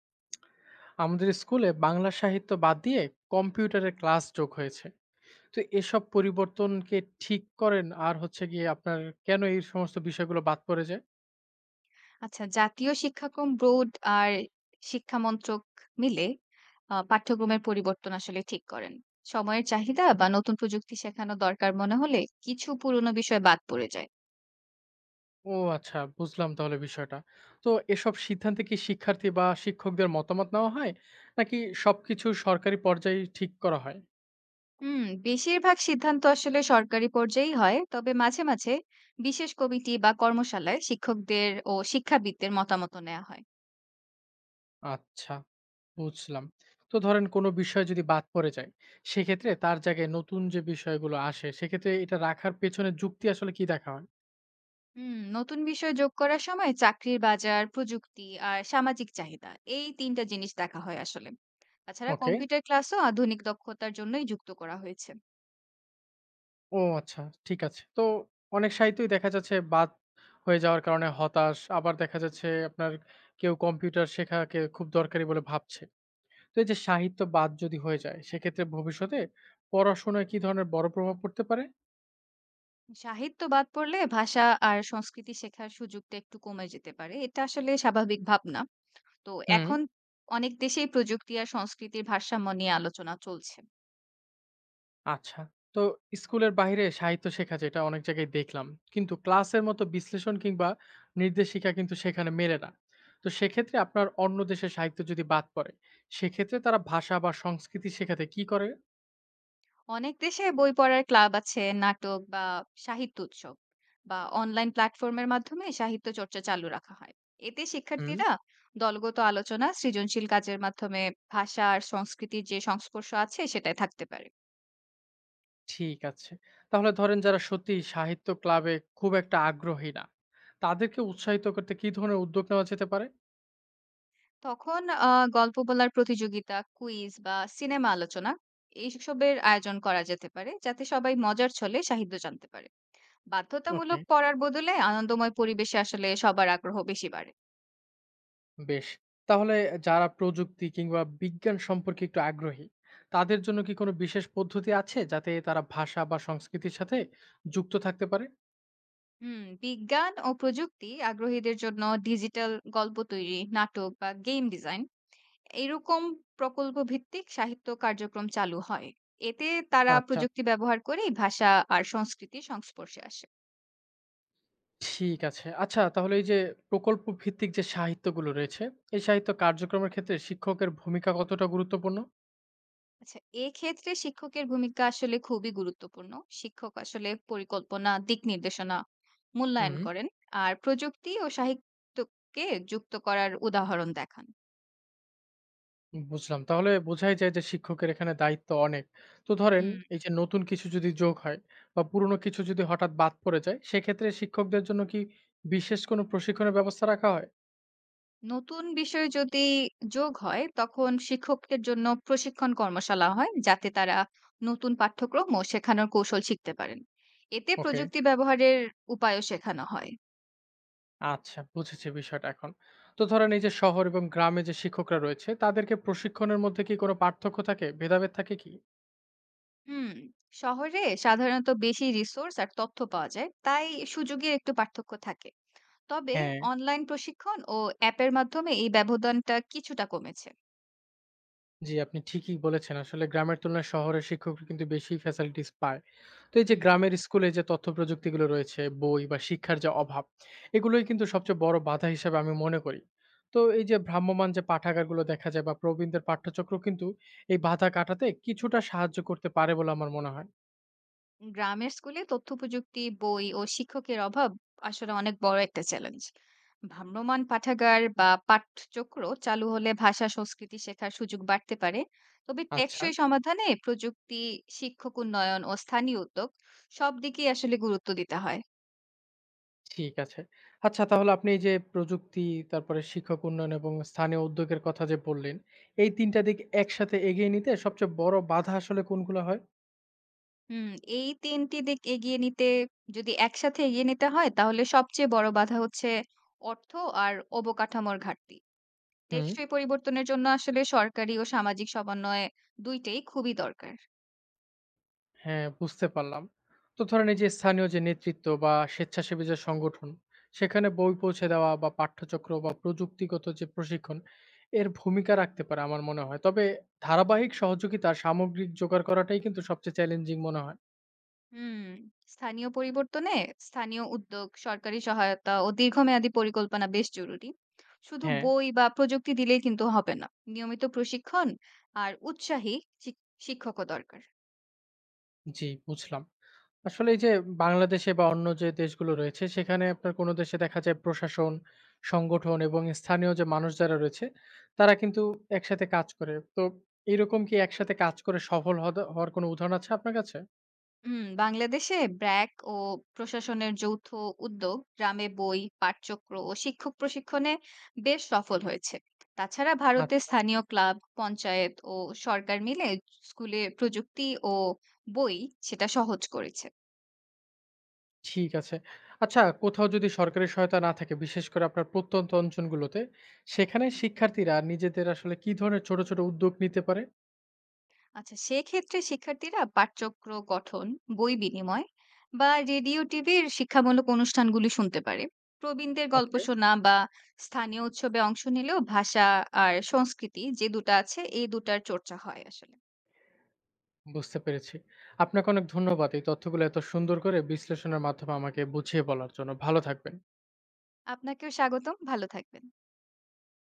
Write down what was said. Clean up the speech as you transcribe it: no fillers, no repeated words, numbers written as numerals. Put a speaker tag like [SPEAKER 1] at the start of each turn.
[SPEAKER 1] আমাদের স্কুলে বাংলা সাহিত্য বাদ দিয়ে কম্পিউটারের ক্লাস যোগ হয়েছে। তো এসব পরিবর্তনকে ঠিক করেন আর হচ্ছে গিয়ে আপনার কেন এই সমস্ত বিষয়গুলো বাদ পড়ে যায়?
[SPEAKER 2] আচ্ছা, জাতীয় শিক্ষাক্রম বোর্ড আর শিক্ষা মন্ত্রক মিলে পাঠ্যক্রমের পরিবর্তন আসলে ঠিক করেন। সময়ের চাহিদা
[SPEAKER 1] হুম।
[SPEAKER 2] বা নতুন প্রযুক্তি শেখানো দরকার মনে হলে কিছু পুরনো বিষয় বাদ পড়ে যায়।
[SPEAKER 1] ও আচ্ছা, বুঝলাম তাহলে বিষয়টা। তো এসব সিদ্ধান্তে কি শিক্ষার্থী বা শিক্ষকদের মতামত নেওয়া হয়, নাকি সবকিছু সরকারি পর্যায়ে ঠিক করা হয়?
[SPEAKER 2] হুম, বেশিরভাগ সিদ্ধান্ত আসলে সরকারি পর্যায়েই হয়। তবে মাঝে, মাঝে বিশেষ কমিটি বা কর্মশালায় শিক্ষকদের ও শিক্ষাবিদদের মতামতও নেওয়া হয়।
[SPEAKER 1] আচ্ছা, বুঝলাম। তো ধরেন কোনো বিষয় যদি বাদ পড়ে যায়, সেক্ষেত্রে তার জায়গায় নতুন যে বিষয়গুলো আসে সেক্ষেত্রে এটা রাখার পেছনে যুক্তি আসলে কি দেখা হয়?
[SPEAKER 2] হুম, নতুন বিষয় যোগ করার সময় চাকরির বাজার, প্রযুক্তি আর সামাজিক চাহিদা এই তিনটা জিনিস দেখা হয় আসলে। তাছাড়া
[SPEAKER 1] ওকে,
[SPEAKER 2] কম্পিউটার ক্লাসও আধুনিক দক্ষতার জন্যই যুক্ত করা হয়েছে।
[SPEAKER 1] ও আচ্ছা, ঠিক আছে। তো অনেক সাহিত্যই দেখা যাচ্ছে বাদ হয়ে যাওয়ার কারণে হতাশ, আবার দেখা যাচ্ছে আপনার কেউ কম্পিউটার শেখাকে খুব দরকারি বলে ভাবছে। তো এই যে সাহিত্য বাদ যদি হয়ে যায়, সেক্ষেত্রে ভবিষ্যতে পড়াশোনায় কি ধরনের বড় প্রভাব পড়তে পারে?
[SPEAKER 2] সাহিত্য বাদ পড়লে ভাষা আর সংস্কৃতি শেখার সুযোগটা একটু কমে যেতে পারে। এটা আসলে স্বাভাবিক ভাবনা। তো
[SPEAKER 1] হুম।
[SPEAKER 2] এখন অনেক দেশেই প্রযুক্তি আর সংস্কৃতির ভারসাম্য নিয়ে আলোচনা চলছে।
[SPEAKER 1] আচ্ছা। তো স্কুলের বাইরে সাহিত্য শেখা যেটা অনেক জায়গায় দেখলাম। কিন্তু ক্লাসের মতো বিশ্লেষণ কিংবা নির্দেশিকা কিন্তু সেখানে মেলে না। তো সেক্ষেত্রে আপনার অন্য দেশের সাহিত্য যদি বাদ পড়ে, সেক্ষেত্রে তারা ভাষা বা সংস্কৃতি শেখাতে কি করে?
[SPEAKER 2] অনেক দেশে বই পড়ার ক্লাব আছে, নাটক বা সাহিত্য উৎসব বা অনলাইন প্ল্যাটফর্মের মাধ্যমে সাহিত্য চর্চা চালু রাখা হয়। এতে
[SPEAKER 1] হুম।
[SPEAKER 2] শিক্ষার্থীরা দলগত আলোচনা, সৃজনশীল কাজের মাধ্যমে ভাষা আর সংস্কৃতির যে সংস্পর্শ আছে সেটাই থাকতে পারে।
[SPEAKER 1] ঠিক আছে। তাহলে ধরেন যারা সত্যিই সাহিত্য ক্লাবে খুব একটা আগ্রহী না, তাদেরকে উৎসাহিত করতে কি ধরনের উদ্যোগ নেওয়া যেতে পারে?
[SPEAKER 2] তখন গল্প বলার প্রতিযোগিতা, কুইজ বা সিনেমা আলোচনা এইসবের আয়োজন করা যেতে পারে যাতে সবাই মজার ছলে সাহিত্য জানতে পারে।
[SPEAKER 1] ওকে,
[SPEAKER 2] বাধ্যতামূলক পড়ার বদলে আনন্দময় পরিবেশে আসলে সবার আগ্রহ বেশি বাড়ে।
[SPEAKER 1] বেশ। তাহলে যারা প্রযুক্তি কিংবা বিজ্ঞান সম্পর্কে একটু আগ্রহী, তাদের জন্য কি কোনো বিশেষ পদ্ধতি আছে যাতে তারা ভাষা বা সংস্কৃতির সাথে যুক্ত থাকতে পারে?
[SPEAKER 2] হুম, বিজ্ঞান ও প্রযুক্তি আগ্রহীদের জন্য ডিজিটাল গল্প তৈরি, নাটক বা গেম ডিজাইন, এরকম প্রকল্প ভিত্তিক সাহিত্য কার্যক্রম চালু হয়। এতে তারা
[SPEAKER 1] আচ্ছা,
[SPEAKER 2] প্রযুক্তি ব্যবহার করে ভাষা আর সংস্কৃতির সংস্পর্শে আসে।
[SPEAKER 1] ঠিক আছে। আচ্ছা, তাহলে এই যে প্রকল্প ভিত্তিক যে সাহিত্যগুলো রয়েছে, এই সাহিত্য কার্যক্রমের ক্ষেত্রে শিক্ষকের ভূমিকা কতটা গুরুত্বপূর্ণ?
[SPEAKER 2] আচ্ছা, এক্ষেত্রে শিক্ষকের ভূমিকা আসলে খুবই গুরুত্বপূর্ণ। শিক্ষক আসলে পরিকল্পনা, দিক নির্দেশনা, মূল্যায়ন
[SPEAKER 1] হুম।
[SPEAKER 2] করেন আর প্রযুক্তি ও সাহিত্যকে যুক্ত করার উদাহরণ দেখান।
[SPEAKER 1] বুঝলাম। তাহলে বোঝাই যায় যে শিক্ষকের এখানে দায়িত্ব অনেক। তো ধরেন
[SPEAKER 2] হুম,
[SPEAKER 1] এই যে নতুন কিছু যদি যোগ হয় বা পুরনো কিছু যদি হঠাৎ বাদ পড়ে যায়, সেক্ষেত্রে শিক্ষকদের জন্য কি বিশেষ কোনো প্রশিক্ষণের ব্যবস্থা রাখা হয়?
[SPEAKER 2] নতুন বিষয় যদি যোগ হয় তখন শিক্ষকদের জন্য প্রশিক্ষণ কর্মশালা হয় যাতে তারা নতুন পাঠ্যক্রম ও শেখানোর কৌশল শিখতে পারেন। এতে
[SPEAKER 1] ওকে,
[SPEAKER 2] প্রযুক্তি ব্যবহারের উপায়ও শেখানো হয়।
[SPEAKER 1] আচ্ছা বুঝেছি বিষয়টা এখন। তো ধরেন এই যে শহর এবং গ্রামে যে শিক্ষকরা রয়েছে, তাদেরকে প্রশিক্ষণের মধ্যে কি কোনো পার্থক্য থাকে? ভেদাভেদ থাকে কি?
[SPEAKER 2] হুম, শহরে সাধারণত বেশি রিসোর্স আর তথ্য পাওয়া যায়, তাই সুযোগের একটু পার্থক্য থাকে। তবে
[SPEAKER 1] হ্যাঁ।
[SPEAKER 2] অনলাইন প্রশিক্ষণ ও অ্যাপের মাধ্যমে এই ব্যবধানটা কিছুটা কমেছে।
[SPEAKER 1] জি, আপনি ঠিকই বলেছেন। আসলে গ্রামের তুলনায় শহরের শিক্ষকরা কিন্তু বেশি ফ্যাসিলিটিস পায়। তো এই যে
[SPEAKER 2] হুম,
[SPEAKER 1] গ্রামের স্কুলে যে তথ্য প্রযুক্তিগুলো রয়েছে, বই বা শিক্ষার যে অভাব, এগুলোই কিন্তু সবচেয়ে বড় বাধা হিসাবে আমি মনে করি। তো এই যে ভ্রাম্যমান যে পাঠাগারগুলো দেখা যায় বা প্রবীণদের পাঠ্যচক্র কিন্তু এই বাধা কাটাতে কিছুটা সাহায্য করতে পারে বলে আমার মনে হয়।
[SPEAKER 2] গ্রামের স্কুলে তথ্যপ্রযুক্তি, বই ও শিক্ষকের অভাব আসলে অনেক বড় একটা চ্যালেঞ্জ। ভ্রাম্যমাণ পাঠাগার বা পাঠচক্র চালু হলে ভাষা সংস্কৃতি শেখার সুযোগ বাড়তে পারে। তবে
[SPEAKER 1] আচ্ছা,
[SPEAKER 2] টেকসই সমাধানে প্রযুক্তি, শিক্ষক উন্নয়ন ও স্থানীয় উদ্যোগ, সব দিকেই আসলে গুরুত্ব দিতে হয়।
[SPEAKER 1] ঠিক আছে। আচ্ছা তাহলে আপনি এই যে প্রযুক্তি, তারপরে শিক্ষক উন্নয়ন এবং স্থানীয় উদ্যোগের কথা যে বললেন, এই ৩ টা দিক একসাথে এগিয়ে নিতে সবচেয়ে বড় বাধা আসলে কোনগুলো হয়?
[SPEAKER 2] হুম, এই ৩ টি দিক এগিয়ে নিতে, যদি একসাথে এগিয়ে নিতে হয় তাহলে সবচেয়ে বড় বাধা হচ্ছে অর্থ আর অবকাঠামোর ঘাটতি।
[SPEAKER 1] হুম,
[SPEAKER 2] টেকসই পরিবর্তনের জন্য আসলে সরকারি ও সামাজিক সমন্বয় দুইটাই খুবই দরকার।
[SPEAKER 1] হ্যাঁ, বুঝতে পারলাম। তো ধরেন এই যে স্থানীয় যে নেতৃত্ব বা স্বেচ্ছাসেবী যে সংগঠন, সেখানে বই পৌঁছে দেওয়া বা পাঠ্যচক্র বা প্রযুক্তিগত যে প্রশিক্ষণ, এর ভূমিকা রাখতে পারে আমার মনে হয়। তবে ধারাবাহিক সহযোগিতা সামগ্রিক জোগাড় করাটাই কিন্তু সবচেয়ে চ্যালেঞ্জিং মনে হয়।
[SPEAKER 2] হুম, স্থানীয় পরিবর্তনে স্থানীয় উদ্যোগ, সরকারি সহায়তা ও দীর্ঘমেয়াদী পরিকল্পনা বেশ জরুরি। শুধু
[SPEAKER 1] হ্যাঁ,
[SPEAKER 2] বই বা প্রযুক্তি দিলেই কিন্তু হবে না, নিয়মিত প্রশিক্ষণ আর উৎসাহী শিক্ষকও দরকার।
[SPEAKER 1] জি বুঝলাম। আসলে এই যে বাংলাদেশে বা অন্য যে দেশগুলো রয়েছে সেখানে আপনার কোনো দেশে দেখা যায় প্রশাসন, সংগঠন এবং স্থানীয় যে মানুষ যারা রয়েছে তারা কিন্তু একসাথে কাজ করে। তো এরকম কি একসাথে কাজ করে সফল হওয়ার কোনো উদাহরণ আছে আপনার কাছে?
[SPEAKER 2] হুম, বাংলাদেশে ব্র্যাক ও প্রশাসনের যৌথ উদ্যোগ গ্রামে বই, পাঠচক্র ও শিক্ষক প্রশিক্ষণে বেশ সফল হয়েছে। তাছাড়া ভারতে
[SPEAKER 1] আচ্ছা,
[SPEAKER 2] স্থানীয় ক্লাব, পঞ্চায়েত ও সরকার মিলে স্কুলে প্রযুক্তি ও বই সেটা সহজ করেছে।
[SPEAKER 1] ঠিক আছে। আচ্ছা কোথাও যদি সরকারি সহায়তা না থাকে বিশেষ করে আপনার প্রত্যন্ত অঞ্চলগুলোতে, সেখানে শিক্ষার্থীরা নিজেদের আসলে কি ধরনের ছোট, ছোট উদ্যোগ নিতে পারে?
[SPEAKER 2] আচ্ছা, সেক্ষেত্রে শিক্ষার্থীরা পাঠচক্র গঠন, বই বিনিময় বা রেডিও টিভির শিক্ষামূলক অনুষ্ঠানগুলি শুনতে পারে। প্রবীণদের গল্প
[SPEAKER 1] ওকে।
[SPEAKER 2] শোনা বা স্থানীয় উৎসবে অংশ নিলেও ভাষা আর সংস্কৃতি, যে দুটো আছে এই দুটার চর্চা হয় আসলে।
[SPEAKER 1] বুঝতে পেরেছি। আপনাকে অনেক ধন্যবাদ এই তথ্যগুলো এত সুন্দর করে বিশ্লেষণের মাধ্যমে আমাকে বুঝিয়ে বলার জন্য। ভালো থাকবেন।
[SPEAKER 2] আপনাকেও স্বাগতম। ভালো থাকবেন।